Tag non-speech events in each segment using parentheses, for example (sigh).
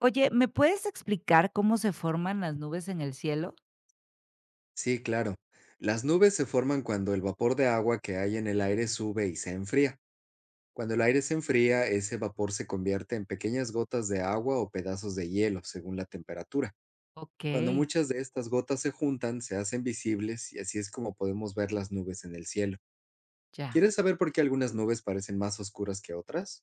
Oye, ¿me puedes explicar cómo se forman las nubes en el cielo? Sí, claro. Las nubes se forman cuando el vapor de agua que hay en el aire sube y se enfría. Cuando el aire se enfría, ese vapor se convierte en pequeñas gotas de agua o pedazos de hielo, según la temperatura. Ok, Cuando muchas de estas gotas se juntan, se hacen visibles y así es como podemos ver las nubes en el cielo. ya. ¿Quieres saber por qué algunas nubes parecen más oscuras que otras?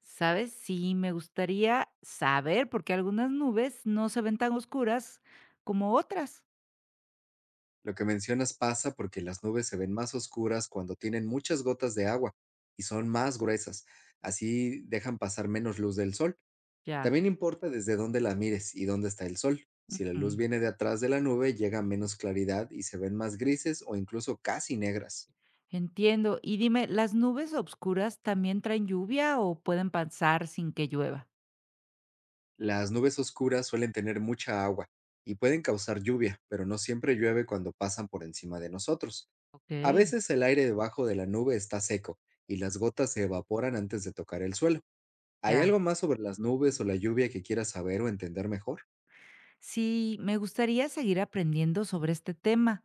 ¿Sabes? Sí, me gustaría saber, porque algunas nubes no se ven tan oscuras como otras. Lo que mencionas pasa porque las nubes se ven más oscuras cuando tienen muchas gotas de agua y son más gruesas. Así dejan pasar menos luz del sol. Ya. También importa desde dónde la mires y dónde está el sol. Si la Ujú. luz viene de atrás de la nube, llega menos claridad y se ven más grises o incluso casi negras. Entiendo. Y dime, ¿las nubes oscuras también traen lluvia o pueden pasar sin que llueva? Las nubes oscuras suelen tener mucha agua y pueden causar lluvia, pero no siempre llueve cuando pasan por encima de nosotros. Ok, A veces el aire debajo de la nube está seco y las gotas se evaporan antes de tocar el suelo. ¿Hay ya. algo más sobre las nubes o la lluvia que quieras saber o entender mejor? Sí, me gustaría seguir aprendiendo sobre este tema.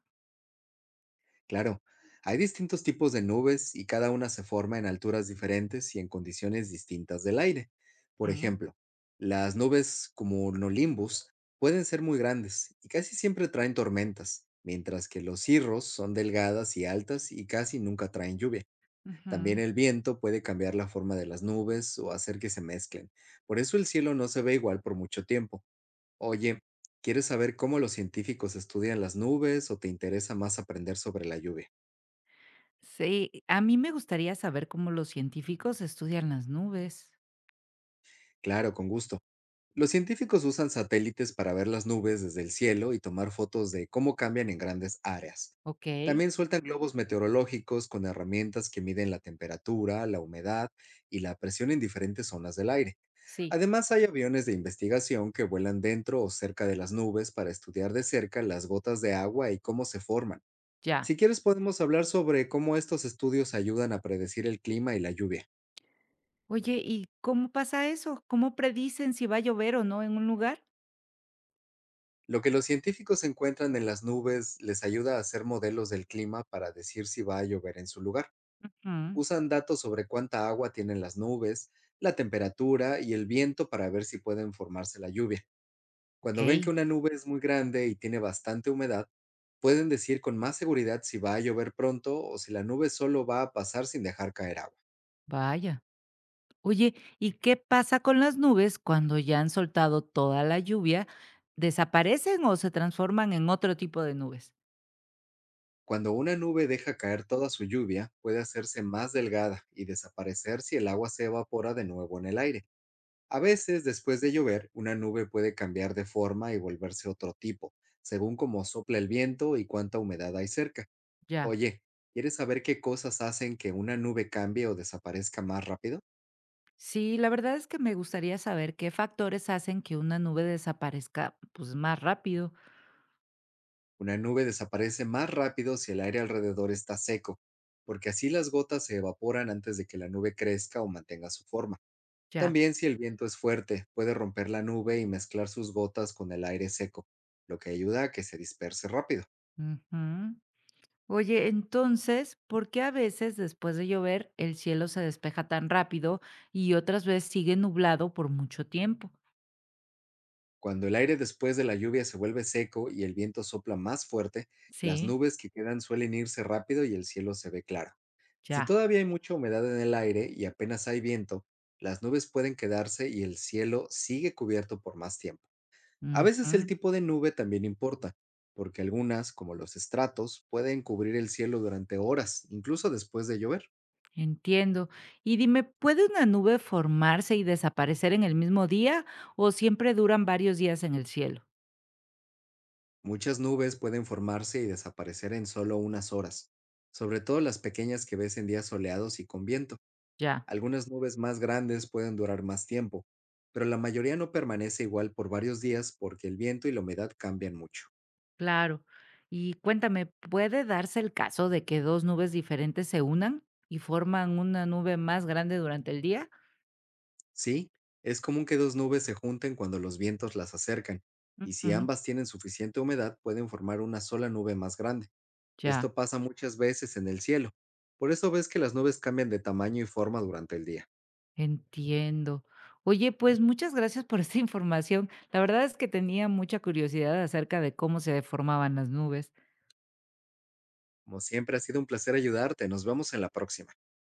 Claro, hay distintos tipos de nubes y cada una se forma en alturas diferentes y en condiciones distintas del aire. Por Mm, ejemplo, las nubes como nolimbus pueden ser muy grandes y casi siempre traen tormentas, mientras que los cirros son delgadas y altas y casi nunca traen lluvia. También ujú. el viento puede cambiar la forma de las nubes o hacer que se mezclen. Por eso el cielo no se ve igual por mucho tiempo. Oye, ¿quieres saber cómo los científicos estudian las nubes o te interesa más aprender sobre la lluvia? Sí, a mí me gustaría saber cómo los científicos estudian las nubes. Claro, con gusto. Los científicos usan satélites para ver las nubes desde el cielo y tomar fotos de cómo cambian en grandes áreas. Okey, También sueltan globos meteorológicos con herramientas que miden la temperatura, la humedad y la presión en diferentes zonas del aire. sí, Además, hay aviones de investigación que vuelan dentro o cerca de las nubes para estudiar de cerca las gotas de agua y cómo se forman. ya. Si quieres, podemos hablar sobre cómo estos estudios ayudan a predecir el clima y la lluvia. Oye, ¿y cómo pasa eso? ¿Cómo predicen si va a llover o no en un lugar? Lo que los científicos encuentran en las nubes les ayuda a hacer modelos del clima para decir si va a llover en su lugar. Mm, Usan datos sobre cuánta agua tienen las nubes, la temperatura y el viento para ver si pueden formarse la lluvia. Cuando ven que okey, una nube es muy grande y tiene bastante humedad, pueden decir con más seguridad si va a llover pronto o si la nube solo va a pasar sin dejar caer agua. vaya. Oye, ¿y qué pasa con las nubes cuando ya han soltado toda la lluvia? ¿Desaparecen o se transforman en otro tipo de nubes? Cuando una nube deja caer toda su lluvia, puede hacerse más delgada y desaparecer si el agua se evapora de nuevo en el aire. A veces, después de llover, una nube puede cambiar de forma y volverse otro tipo, según cómo sopla el viento y cuánta humedad hay cerca. Ya. Oye, ¿quieres saber qué cosas hacen que una nube cambie o desaparezca más rápido? Sí, la verdad es que me gustaría saber qué factores hacen que una nube desaparezca, pues, más rápido. Una nube desaparece más rápido si el aire alrededor está seco, porque así las gotas se evaporan antes de que la nube crezca o mantenga su forma. Ya. También si el viento es fuerte, puede romper la nube y mezclar sus gotas con el aire seco, lo que ayuda a que se disperse rápido. Ujú. Oye, entonces, ¿por qué a veces después de llover el cielo se despeja tan rápido y otras veces sigue nublado por mucho tiempo? Cuando el aire después de la lluvia se vuelve seco y el viento sopla más fuerte, las Sí, nubes que quedan suelen irse rápido y el cielo se ve claro. Si ya, todavía hay mucha humedad en el aire y apenas hay viento, las nubes pueden quedarse y el cielo sigue cubierto por más tiempo. A ujú. veces el tipo de nube también importa, porque algunas, como los estratos, pueden cubrir el cielo durante horas, incluso después de llover. Entiendo. Y dime, ¿puede una nube formarse y desaparecer en el mismo día o siempre duran varios días en el cielo? Muchas nubes pueden formarse y desaparecer en solo unas horas, sobre todo las pequeñas que ves en días soleados y con viento. Ya, Algunas nubes más grandes pueden durar más tiempo, pero la mayoría no permanece igual por varios días porque el viento y la humedad cambian mucho. claro. Y cuéntame, ¿puede darse el caso de que dos nubes diferentes se unan y forman una nube más grande durante el día? Sí, es común que dos nubes se junten cuando los vientos las acercan, y Ujú, si ambas tienen suficiente humedad pueden formar una sola nube más grande. ya. Esto pasa muchas veces en el cielo. Por eso ves que las nubes cambian de tamaño y forma durante el día. Entiendo. Oye, pues muchas gracias por esta (laughs) información. La verdad es que tenía mucha curiosidad acerca de cómo se deformaban las nubes. Como siempre ha sido un placer ayudarte. Nos vemos en la próxima.